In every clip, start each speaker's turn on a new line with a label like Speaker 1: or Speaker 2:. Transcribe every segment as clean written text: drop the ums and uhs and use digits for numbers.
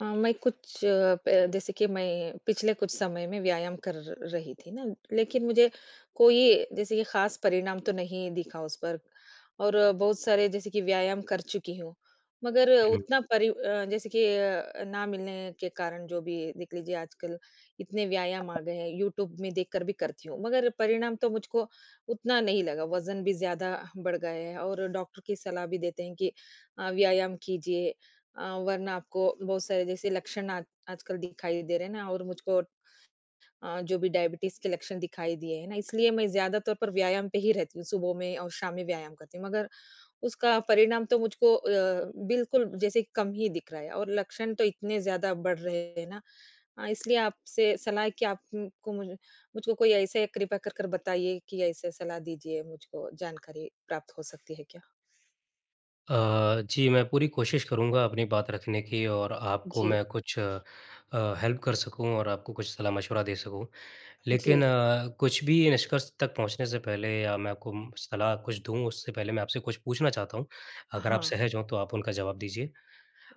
Speaker 1: मैं कुछ अ, प जैसे कि मैं पिछले कुछ समय में व्यायाम कर रही थी ना, लेकिन मुझे कोई जैसे कि ख़ास परिणाम तो नहीं दिखा उस पर। और बहुत सारे जैसे कि व्यायाम कर चुकी हूँ। मगर
Speaker 2: हुँ।
Speaker 1: उतना जैसे कि ना मिलने के कारण, जो भी देख लीजिए, आजकल इतने व्यायाम आ गए हैं, यूट्यूब में देखकर भी करती हूँ, मगर परिणाम तो मुझको उतना नहीं लगा। वज़न भी ज़्यादा बढ़ गए हैं और डॉक्टर की सलाह भी देते हैं कि व्यायाम कीजिए, वरना आपको बहुत सारे जैसे लक्षण आज आजकल दिखाई दे रहे हैं ना। और मुझको जो भी डायबिटीज के लक्षण दिखाई दिए हैं ना, इसलिए मैं ज्यादा तौर पर व्यायाम पे ही रहती हूँ। सुबह में और शाम में व्यायाम करती हूँ, मगर उसका परिणाम तो मुझको बिल्कुल जैसे कम ही दिख रहा है और लक्षण तो इतने ज्यादा बढ़ रहे हैं ना। इसलिए आपसे सलाह है कि आपको मुझे मुझको कोई ऐसे कृपा कर कर बताइए, कि ऐसे सलाह दीजिए, मुझको जानकारी प्राप्त हो सकती है क्या?
Speaker 2: जी, मैं पूरी कोशिश करूँगा अपनी बात रखने की और आपको
Speaker 1: जी,
Speaker 2: मैं कुछ हेल्प कर सकूँ और आपको कुछ सलाह-मशवरा दे सकूँ।
Speaker 1: जी।
Speaker 2: लेकिन कुछ भी निष्कर्ष तक पहुँचने से पहले या मैं आपको सलाह कुछ दूँ उससे पहले मैं आपसे कुछ पूछना चाहता हूँ। अगर आप
Speaker 1: हाँ,
Speaker 2: सहज हों तो आप उनका जवाब दीजिए?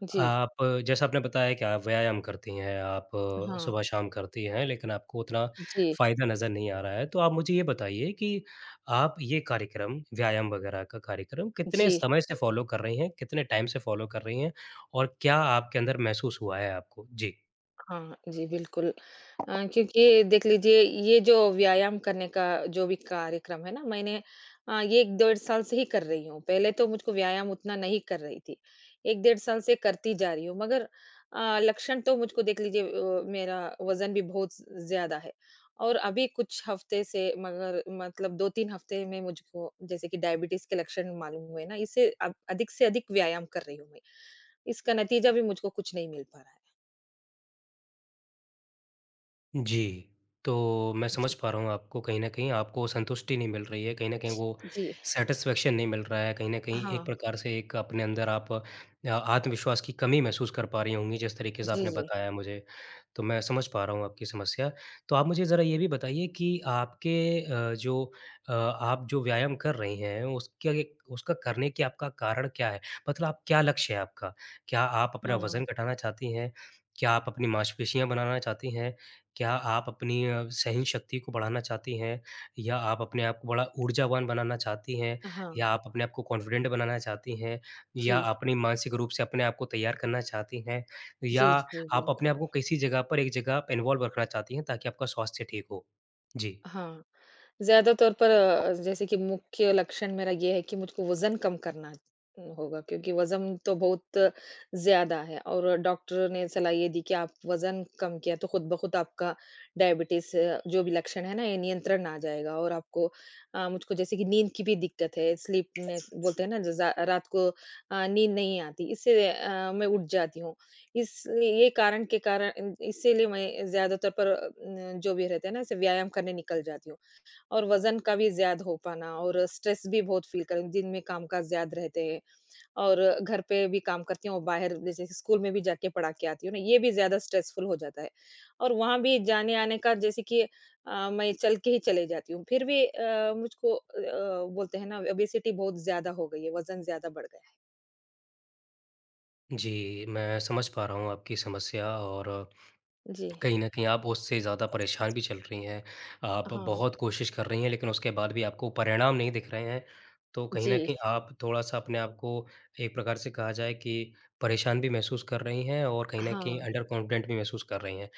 Speaker 1: जी,
Speaker 2: आप जैसा आपने बताया कि आप व्यायाम करती हैं, आप
Speaker 1: हाँ,
Speaker 2: सुबह शाम करती हैं, लेकिन आपको उतना
Speaker 1: जी,
Speaker 2: फ़ायदा नज़र नहीं आ रहा है। तो आप मुझे ये बताइए कि आप ये कार्यक्रम, व्यायाम वगैरह का कार्यक्रम
Speaker 1: जी।
Speaker 2: कितने समय से फ़ॉलो कर रही हैं? कितने टाइम से फ़ॉलो कर रही हैं? और क्या आपके अंदर महसूस हुआ है आपको? जी।
Speaker 1: हाँ, जी, बिल्कुल। क्योंकि देख लीजिए, ये जो व्यायाम करने का जो भी कार्यक्रम है ना, मैंने ये 1 डेढ़ साल से ही कर रही हूँ। पहले तो मुझको व्यायाम उतना नहीं कर रही थी। 1 डेढ़ साल से करती जा रही हूँ, मगर लक्षण तो मुझको देख लीजिए, मेरा वज़न भी बहुत ज़्यादा है। और अभी कुछ हफ्ते से, मगर मतलब 2-3 हफ्ते में मुझको जैसे कि डायबिटीज़ के लक्षण मालूम हुए ना, इससे अब अधिक से अधिक व्यायाम कर रही हूँ मैं। इसका नतीजा भी मुझको कुछ नहीं मिल पा रहा है।
Speaker 2: जी, तो मैं समझ
Speaker 1: जी,
Speaker 2: पा रहा हूँ आपको कहीं न कहीं आपको संतुष्टि नहीं मिल रही है, कहीं न कहीं वो
Speaker 1: जी।
Speaker 2: सैटिस्फैक्शन नहीं मिल रहा है, कहीं न कहीं एक
Speaker 1: हाँ,
Speaker 2: प्रकार से एक अपने अंदर आप आत्मविश्वास की कमी महसूस कर पा रही होंगी, जिस तरीके से
Speaker 1: जी,
Speaker 2: आपने
Speaker 1: जी।
Speaker 2: बताया है मुझे, तो मैं समझ पा रहा हूँ आपकी समस्या। तो आप मुझे ज़रा ये भी बताइए कि आपके अ, जो आप जो व्यायाम कर रही हैं, उसके लिए उसका करने की आपका कारण क्या है? मतलब आप क्या लक्ष्य है आपका? क्या आप अपना
Speaker 1: हाँ,
Speaker 2: वज़न घटाना चाहती हैं? क्या आप अपनी मांसपेशियाँ बनाना चाहती हैं? क्या आप अपनी सहनशक्ति को बढ़ाना चाहती हैं? या आप अपने आप को बड़ा ऊर्जावान बनाना चाहती हैं? या
Speaker 1: हाँ,
Speaker 2: आप अपने आप को कॉन्फिडेंट बनाना चाहती हैं? या
Speaker 1: जी,
Speaker 2: अपनी मानसिक रूप से अपने आप को तैयार करना चाहती हैं? या
Speaker 1: जी, जी,
Speaker 2: आप अपने आप को
Speaker 1: बिल्कुल।
Speaker 2: किसी जगह पर एक जगह पे इन्वॉल्व रखना चाहती हैं ताकि आपका स्वास्थ्य ठीक हो? जी,
Speaker 1: हाँ, ज़्यादा तौर पर जैसे कि मुख्य लक्षण मेरा ये है कि मुझको वज़न कम करना होगा, क्योंकि वज़न तो बहुत ज़्यादा है और डॉक्टर ने सलाह ये दी कि आप वज़न कम किया तो खुद ब खुद आपका डायबिटीज़ जो भी लक्षण है ना, ये नियंत्रण में आ जाएगा। और आपको मुझको जैसे कि नींद की भी दिक्कत है, स्लीपनेस बोलते हैं ना, ज ज़ा रात को नींद नहीं आती, इससे मैं उठ जाती हूँ। इस ये कारण के कारण इसीलिए मैं ज़्यादातर पर अ, न जो भी रहते हैं ना, ऐसे व्यायाम करने निकल जाती हूँ। और वज़न का भी ज़्यादा हो पाना और स्ट्रेस भी बहुत फ़ील कर, दिन में काम-काज ज़्यादा रहते हैं और घर पे भी काम करती हूँ और बाहर जैसे स्कूल में भी जाके पढ़ा के आती हूँ ना, ये भी ज़्यादा स्ट्रेसफुल हो जाता है। और वहाँ भी जाने-आने का जैसे कि मैं चल के ही चले जाती हूँ। फिर भी मुझको बोलते हैं ना, ओबेसिटी बहुत ज़्यादा हो गई है, वज़न ज़्यादा बढ़ गया
Speaker 2: जी, मैं समझ पा रहा हूँ आपकी समस्या और
Speaker 1: है। जी।
Speaker 2: कहीं न कहीं आप उससे ज़्यादा परेशान भी चल रही हैं। आप
Speaker 1: हाँ।
Speaker 2: बहुत कोशिश कर रही हैं लेकिन उसके बाद भी आपको परिणाम नहीं दिख रहे हैं। तो कहीं
Speaker 1: जी।
Speaker 2: न कहीं आप थोड़ा-सा अपने आप को एक प्रकार से कहा जाए कि परेशान भी महसूस कर रही हैं और कहीं न
Speaker 1: हाँ।
Speaker 2: कहीं अंडर कॉन्फिडेंट भी महसूस कर रही हैं।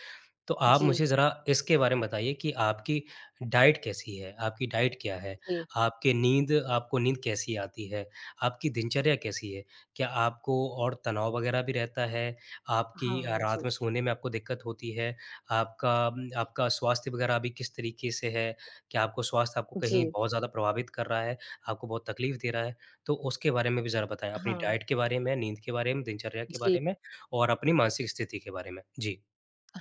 Speaker 2: तो आप
Speaker 1: जी,
Speaker 2: मुझे ज़रा इसके बारे में बताइए कि आपकी डाइट कैसी है? आपकी डाइट क्या है?
Speaker 1: जी।
Speaker 2: आपकी नींद आपको नींद कैसी आती है? आपकी दिनचर्या कैसी है? क्या आपको और तनाव वग़ैरह भी रहता है? आपकी
Speaker 1: हाँ जी,
Speaker 2: रात में सोने में आपको दिक्कत होती है? आपका आपका स्वास्थ्य वग़ैरह अभी किस तरीके से है? क्या आपको स्वास्थ्य आपको कहीं
Speaker 1: जी,
Speaker 2: बहुत ज़्यादा प्रभावित कर रहा है? आपको बहुत तकलीफ़ दे रहा है? तो उसके बारे में भी ज़रा बताएँ। अपनी
Speaker 1: हाँ,
Speaker 2: डाइट के बारे में, नींद के बारे में, दिनचर्या के
Speaker 1: जी,
Speaker 2: बारे में और अपनी मानसिक स्थिति के बारे में। जी।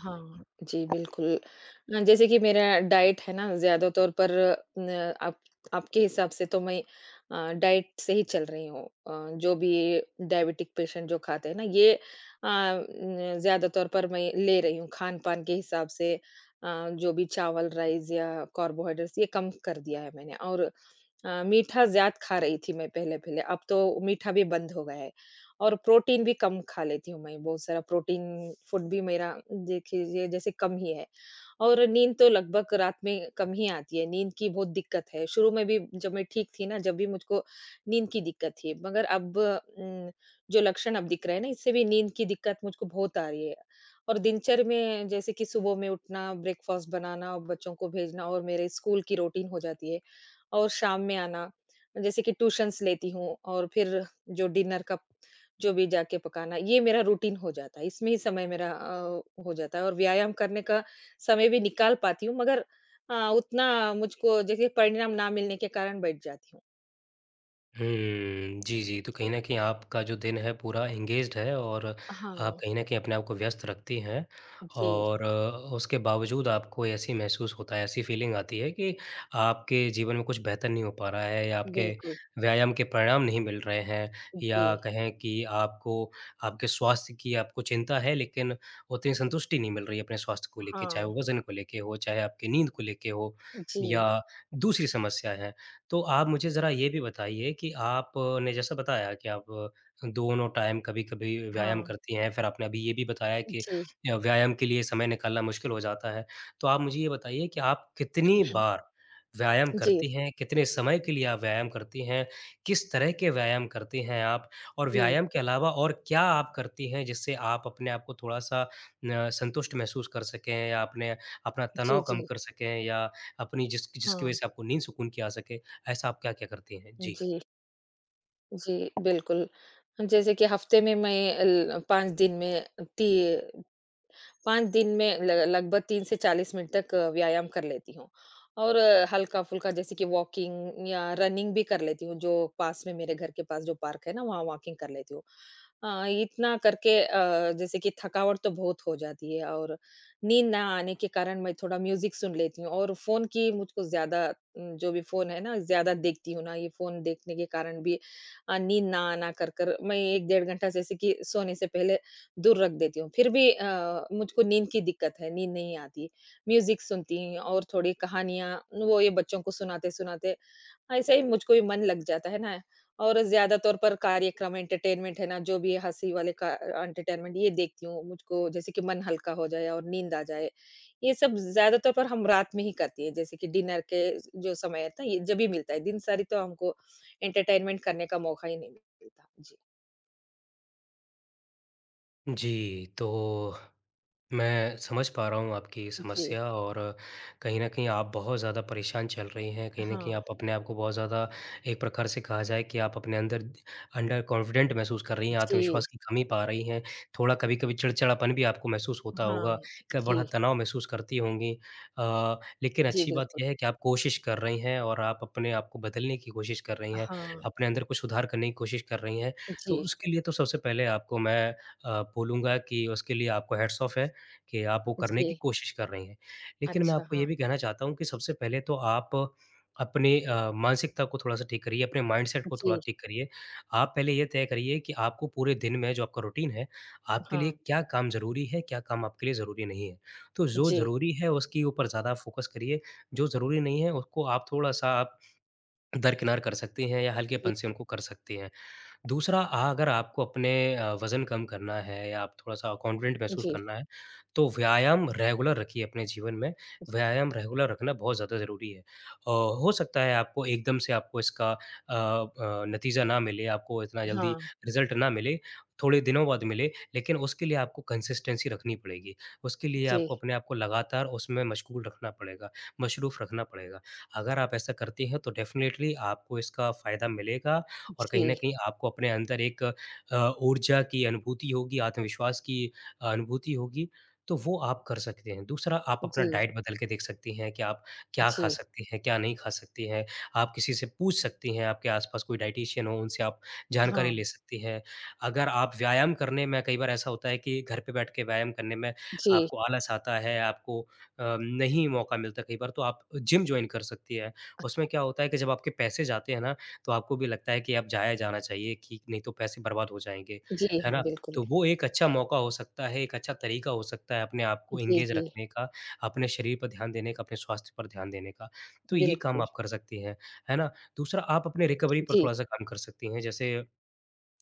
Speaker 1: हाँ, जी, बिल्कुल। जैसे कि मेरा डाइट है ना, ज़्यादा तौर पर न आप आपके हिसाब से तो मैं डाइट से ही चल रही हूँ। जो भी डायबिटिक पेशेंट जो खाते हैं ना, ये अ, न ज़्यादा तौर पर मैं ले रही हूँ, खान-पान के हिसाब से। जो भी चावल, राइस या कार्बोहाइड्रेट्स ये कम कर दिया है मैंने। और मीठा ज़्यादा खा रही थी मैं पहले-पहले, अब तो मीठा भी बंद हो गया है। और प्रोटीन भी कम खा लेती हूँ मैं, बहुत सारा प्रोटीन फूड भी मेरा देखिए जैसे कम ही है। और नींद तो लगभग रात में कम ही आती है, नींद की बहुत दिक्कत है। शुरू में भी जब मैं ठीक थी ना, जब भी मुझको नींद की दिक्कत थी, मगर अब जो लक्षण अब दिख रहे हैं ना, इससे भी नींद की दिक्कत मुझको बहुत आ रही है। और दिनचर्या में जैसे कि सुबह में उठना, ब्रेकफ़ास्ट बनाना और बच्चों को भेजना और मेरे स्कूल की रूटीन हो जाती है। और शाम में आना, जैसे कि ट्यूशन्स लेती हूँ और फिर जो डिनर का जो भी जाके पकाना, ये मेरा रूटीन हो जाता है। इसमें ही समय मेरा हो जाता है और व्यायाम करने का समय भी निकाल पाती हूँ, मगर उतना मुझको जैसे परिणाम ना मिलने के कारण बैठ जाती हूँ।
Speaker 2: हुँ, जी, जी। तो कहीं
Speaker 1: जी।
Speaker 2: न कहीं आपका जो दिन है पूरा एंगेज्ड है और आप
Speaker 1: हाँ।
Speaker 2: कहीं न कहीं अपने आप को व्यस्त रखती हैं
Speaker 1: जी,
Speaker 2: और उसके बावजूद आपको ऐसी महसूस होता है, ऐसी फ़ीलिंग आती है कि आपके जीवन में कुछ बेहतर नहीं हो पा रहा है या आपके
Speaker 1: बिल्कुल।
Speaker 2: व्यायाम के परिणाम नहीं मिल रहे हैं
Speaker 1: जी,
Speaker 2: या कहें कि आपको आपके स्वास्थ्य की आपको चिंता है लेकिन उतनी संतुष्टि नहीं मिल रही है अपने स्वास्थ्य को लेके, चाहे
Speaker 1: हाँ।
Speaker 2: वो वज़न को लेके हो, चाहे आपकी नींद को लेके हो या
Speaker 1: जी,
Speaker 2: दूसरी समस्या है। तो आप मुझे ज़रा ये भी बताइए कि आपने जैसा बताया कि आप दोनों टाइम कभी-कभी व्यायाम
Speaker 1: हाँ।
Speaker 2: करती हैं, फिर आपने अभी ये भी बताया कि
Speaker 1: जी,
Speaker 2: व्यायाम के लिए समय निकालना मुश्किल हो जाता है। तो आप मुझे ये बताइए कि आप कितनी बार व्यायाम
Speaker 1: जी,
Speaker 2: करती हैं? कितने समय के लिए आप व्यायाम करती हैं? किस तरह के व्यायाम करती हैं आप? और
Speaker 1: जी,
Speaker 2: व्यायाम के अलावा और क्या आप करती हैं जिससे आप अपने आप को थोड़ा-सा न संतुष्ट महसूस कर सकें या अपने अपना
Speaker 1: जी,
Speaker 2: तनाव कम
Speaker 1: जी।
Speaker 2: कर सकें या अपनी जिस जिसकी
Speaker 1: हाँ,
Speaker 2: वज़ह से आपको नींद सुकून की आ सके? ऐसा आप क्या-क्या करती हैं? जी।
Speaker 1: जी। जी, बिल्कुल। जैसे कि हफ़्ते में मैं अल 5 दिन में ती 5 दिन में ल लगभग 30 से 40 मिनट तक व्यायाम कर लेती हूँ। और हल्का-फुल्का जैसे कि वॉकिंग या रनिंग भी कर लेती हूँ, जो पास में मेरे घर के पास जो पार्क है ना, वहाँ वॉकिंग कर लेती हूँ। इतना करके जैसे कि थकावट तो बहुत हो जाती है। और नींद ना आने के कारण मैं थोड़ा म्यूज़िक सुन लेती हूँ और फ़ोन की मुझको ज़्यादा जो भी फ़ोन है ना, ज़्यादा देखती हूँ ना, ये फ़ोन देखने के कारण भी नींद ना आना, कर, कर मैं 1 डेढ़ घंटा जैसे कि सोने से पहले दूर रख देती हूँ। फिर भी मुझको नींद की दिक्कत है, नींद नहीं आती। म्यूज़िक सुनती हूँ और थोड़ी कहानियाँ वो ये बच्चों को सुनाते-सुनाते ऐसे ही मुझको भी मन लग जाता है ना। और ज़्यादा तौर पर कार्यक्रम एंटरटेनमेंट है ना, जो भी हँसी वाले का एंटरटेनमेंट ये देखती हूँ। मुझको जैसे कि मन हल्का हो जाए और नींद आ जाए। ये सब ज़्यादा तौर पर हम रात में ही करती हैं, जैसे कि डिनर के जो समय होता है ना, ये जब ही मिलता है। दिन सारी तो हमको एंटरटेनमेंट करने का मौका ही नहीं मिलता। जी।
Speaker 2: जी, तो मैं समझ पा रहा हूँ आपकी
Speaker 1: जी।
Speaker 2: समस्या और कहीं न कहीं आप बहुत ज़्यादा परेशान चल रही हैं। कहीं न कहीं
Speaker 1: हाँ।
Speaker 2: आप अपने आप को बहुत ज़्यादा एक प्रकार से कहा जाए कि आप अपने अंदर अंडर कॉन्फिडेंट महसूस कर रही हैं,
Speaker 1: जी।
Speaker 2: आत्मविश्वास की कमी पा रही हैं। थोड़ा कभी-कभी चिड़चिड़ापन भी आपको महसूस होता होगा,
Speaker 1: हाँ,
Speaker 2: क बड़ा
Speaker 1: जी।
Speaker 2: तनाव महसूस करती होंगी। लेकिन
Speaker 1: जी,
Speaker 2: अच्छी बात
Speaker 1: बिल्कुल।
Speaker 2: यह है कि आप कोशिश कर रही हैं और आप अपने आप को बदलने की कोशिश कर रही हैं,
Speaker 1: हाँ,
Speaker 2: अपने अंदर कुछ सुधार करने की कोशिश कर रही हैं।
Speaker 1: जी,
Speaker 2: तो उसके लिए तो सबसे पहले आपको मैं बोलूँगा कि उसके लिए आपको हैट्स ऑफ है। कि आप वो करने
Speaker 1: जी।
Speaker 2: की कोशिश कर रही हैं। लेकिन मैं
Speaker 1: अच्छा,
Speaker 2: आपको ये
Speaker 1: हाँ।
Speaker 2: भी कहना चाहता हूँ कि सबसे पहले तो आप अपने मानसिकता को थोड़ा-सा ठीक करिए, अपने माइंडसेट को थोड़ा
Speaker 1: जी,
Speaker 2: ठीक करिए। आप पहले ये तय करिए कि आपको पूरे दिन में जो आपका रूटीन है, आपके लिए
Speaker 1: हाँ।
Speaker 2: क्या काम ज़रूरी है, क्या काम आपके लिए ज़रूरी नहीं है। तो जो
Speaker 1: जी,
Speaker 2: ज़रूरी है उसके ऊपर ज़्यादा फोकस करिए, जो ज़रूरी नहीं है उसको आप थोड़ा-सा आप दरकिनार कर सकती हैं या
Speaker 1: जी,
Speaker 2: हल्के-पन से उनको कर सकती हैं। दूसरा अगर आपको अपने वज़न कम करना है या आप थोड़ा-सा कॉन्फिडेंट महसूस
Speaker 1: जी।
Speaker 2: करना है, तो व्यायाम रेगुलर रखिए अपने जीवन में। व्यायाम रेगुलर रखना बहुत ज़्यादा ज़रूरी है। हो सकता है आपको एकदम से आपको इसका नतीजा ना मिले, आपको इतना जल्दी
Speaker 1: हाँ,
Speaker 2: रिज़ल्ट ना मिले, थोड़े दिनों बाद मिले, लेकिन उसके लिए आपको कंसिस्टेंसी रखनी पड़ेगी। उसके लिए
Speaker 1: जी,
Speaker 2: आपको अपने आप को लगातार उसमें मशगूल रखना पड़ेगा, मशरूफ़ रखना पड़ेगा। अगर आप ऐसा करती हैं, तो डेफ़िनेटली आपको इसका फ़ायदा मिलेगा और कहीं न
Speaker 1: जी,
Speaker 2: कहीं आपको अपने अंदर एक ऊर्जा की अनुभूति होगी, आत्मविश्वास की अनुभूति होगी, तो वो आप कर सकते हैं। दूसरा आप अपना
Speaker 1: जी,
Speaker 2: डाइट बदल के देख सकती हैं कि आप क्या खा
Speaker 1: जी।
Speaker 2: सकती हैं, क्या नहीं खा सकती हैं। आप किसी से पूछ सकती हैं, आपके आस-पास कोई डायटीशियन हो, उनसे आप जानकारी
Speaker 1: हाँ,
Speaker 2: ले सकती हैं। अगर आप व्यायाम करने में कई बार ऐसा होता है कि घर पे बैठ के व्यायाम करने में
Speaker 1: जी,
Speaker 2: आपको आलस आता है, आपको नहीं मौका मिलता कई बार, तो आप जिम जॉइन कर सकती हैं।
Speaker 1: अ,
Speaker 2: उसमें क्या होता है कि जब आपके पैसे जाते हैं ना तो आपको भी लगता है कि अब जाया जाना चाहिए कि नहीं तो पैसे बर्बाद हो जाएँगे,
Speaker 1: जी,
Speaker 2: है
Speaker 1: हाँ,
Speaker 2: ना?
Speaker 1: बिल्कुल।
Speaker 2: तो वो एक अच्छा मौका हो सकता है, एक अच्छा तरीका हो सकता है अपने आप को
Speaker 1: जी,
Speaker 2: एंगेज
Speaker 1: जी,
Speaker 2: रखने का, अपने शरीर पर ध्यान देने का, अपने स्वास्थ्य पर ध्यान देने का। तो ये काम
Speaker 1: बिल्कुल।
Speaker 2: आप कर सकती हैं, है ना? दूसरा आप अपने रिकवरी पर
Speaker 1: जी,
Speaker 2: थोड़ा-सा काम कर सकती हैं, जैसे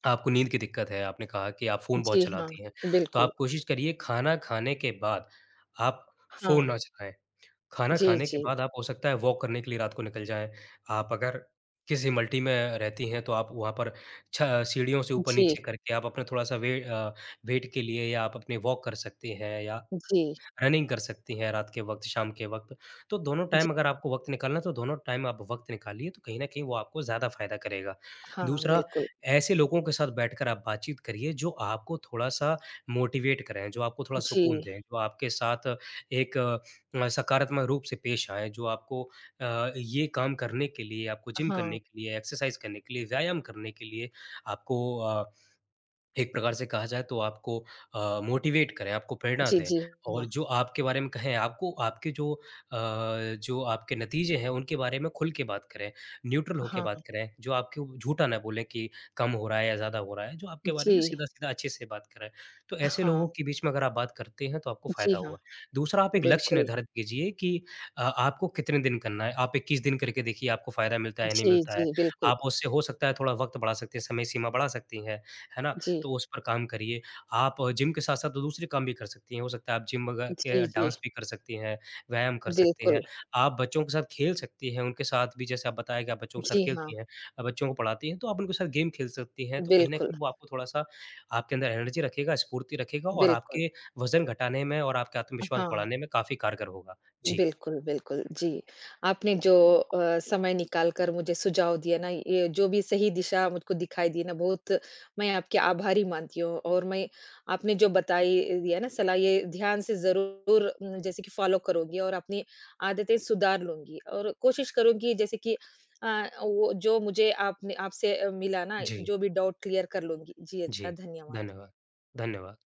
Speaker 2: आपको नींद की दिक्कत है, आपने कहा कि आप फ़ोन बहुत
Speaker 1: जी, हाँ,
Speaker 2: चलाती हैं, तो
Speaker 1: बिल्कुल।
Speaker 2: आप कोशिश करिए खाना खाने के बाद आप
Speaker 1: हाँ,
Speaker 2: फ़ोन ना चलाएँ। खाना
Speaker 1: जी,
Speaker 2: खाने के
Speaker 1: जी,
Speaker 2: बाद आप हो सकता है वॉक करने के लिए रात को निकल जाएँ। आप अगर किसी मल्टी में रहती हैं तो आप वहाँ पर छ सीढ़ियों से
Speaker 1: जी,
Speaker 2: ऊपर-नीचे करके आप अपना थोड़ा-सा वेट के लिए या आप अपने वॉक कर सकती हैं या
Speaker 1: जी,
Speaker 2: रनिंग कर सकती हैं रात के वक़्त, शाम के वक़्त। तो दोनों
Speaker 1: जी।
Speaker 2: टाइम अगर आपको वक़्त निकालना है, तो दोनों टाइम आप वक़्त निकालिए, तो कहीं न कहीं वो आपको ज़्यादा फ़ायदा करेगा।
Speaker 1: हाँ,
Speaker 2: दूसरा,
Speaker 1: बिल्कुल।
Speaker 2: ऐसे लोगों के साथ बैठकर आप बातचीत करिए जो आपको थोड़ा-सा मोटिवेट करें, जो आपको थोड़ा
Speaker 1: जी,
Speaker 2: सुकून दें, जो आपके साथ एक सकारात्मक रूप से पेश आएँ, जो आपको ये काम करने के लिए, आपको जिम
Speaker 1: हाँ।
Speaker 2: करने के लिए, एक्सरसाइज़ करने के लिए, व्यायाम करने के लिए, आपको अ एक प्रकार से कहा जाए तो आपको मोटिवेट करें, आपको प्रेरणा
Speaker 1: जी,
Speaker 2: दें
Speaker 1: जी,
Speaker 2: और
Speaker 1: हाँ,
Speaker 2: जो आपके बारे में कहें, आपको आपके जो आपके नतीजे हैं, उनके बारे में खुल के बात करें, न्यूट्रल होके बात
Speaker 1: हाँ।
Speaker 2: करें, जो आपके उ झूठा ना बोलें कि कम हो रहा है या ज़्यादा हो रहा है, जो आपके बारे
Speaker 1: जी,
Speaker 2: में सीधा-सीधा अच्छे से बात करें। तो ऐसे
Speaker 1: हाँ,
Speaker 2: लोगों के बीच में अगर आप बात करते हैं, तो आपको
Speaker 1: जी,
Speaker 2: फ़ायदा
Speaker 1: हाँ,
Speaker 2: होगा। दूसरा, आप एक लक्ष्य
Speaker 1: बिल्कुल।
Speaker 2: निर्धारित कीजिए कि आपको कितने दिन करना है। आप 21 दिन करके देखिए, आपको फ़ायदा मिलता है, या नहीं
Speaker 1: जी,
Speaker 2: मिलता है।
Speaker 1: जी, बिल्कुल।
Speaker 2: आप उससे हो सकता है थोड़ा वक़्त बढ़ा सकते हैं, समय सीमा बढ़ा सकती हैं, है ना?
Speaker 1: जी।
Speaker 2: तो उस पर काम करिए। आप जिम के साथ-साथ तो दूसरे काम भी कर सकती हैं। हो सकता है आप जिम वगै
Speaker 1: जी,
Speaker 2: के
Speaker 1: जी,
Speaker 2: डांस भी कर सकती हैं, व्यायाम कर सकती हैं।
Speaker 1: बिल्कुल।
Speaker 2: आप बच्चों के साथ खेल सकती हैं, उनके साथ भी जैसे आप बताया कि आप बच्चों के साथ
Speaker 1: जी हाँ,
Speaker 2: खेलती हैं, बच्चों को पढ़ाती हैं, तो आप उनके साथ गेम खेल सकती हैं। तो कहीं न
Speaker 1: बिल्कुल,
Speaker 2: कहीं वो आपको थोड़ा-सा आपके अंदर एनर्जी रखेगा, स्फूर्ति रखेगा और
Speaker 1: बिल्कुल।
Speaker 2: आपके वज़न घटाने में और आपके आत्मविश्वास
Speaker 1: हाँ,
Speaker 2: बढ़ाने में काफ़ी कारगर होगा। जी,
Speaker 1: बिल्कुल, बिल्कुल, जी। आपने जो समय निकाल कर मुझे सुझाव दिया ना, ये जो भी सही दिशा मुझको दिखाई दी ना, बहुत मैं आपकी आभारी मानती हूँ। और मैं आपने जो बताई दिया ना सलाह, ये ध्यान से ज़रूर जैसे कि फ़ॉलो करूँगी और अपनी आदतें सुधार लूँगी और कोशिश करूँगी जैसे कि वो जो मुझे आपने आपसे मिला ना,
Speaker 2: जी,
Speaker 1: जो भी डाउट क्लियर कर लूँगी। जी,
Speaker 2: जी।
Speaker 1: अच्छा, धन्यवाद।
Speaker 2: धन्यवाद। धन्यवाद।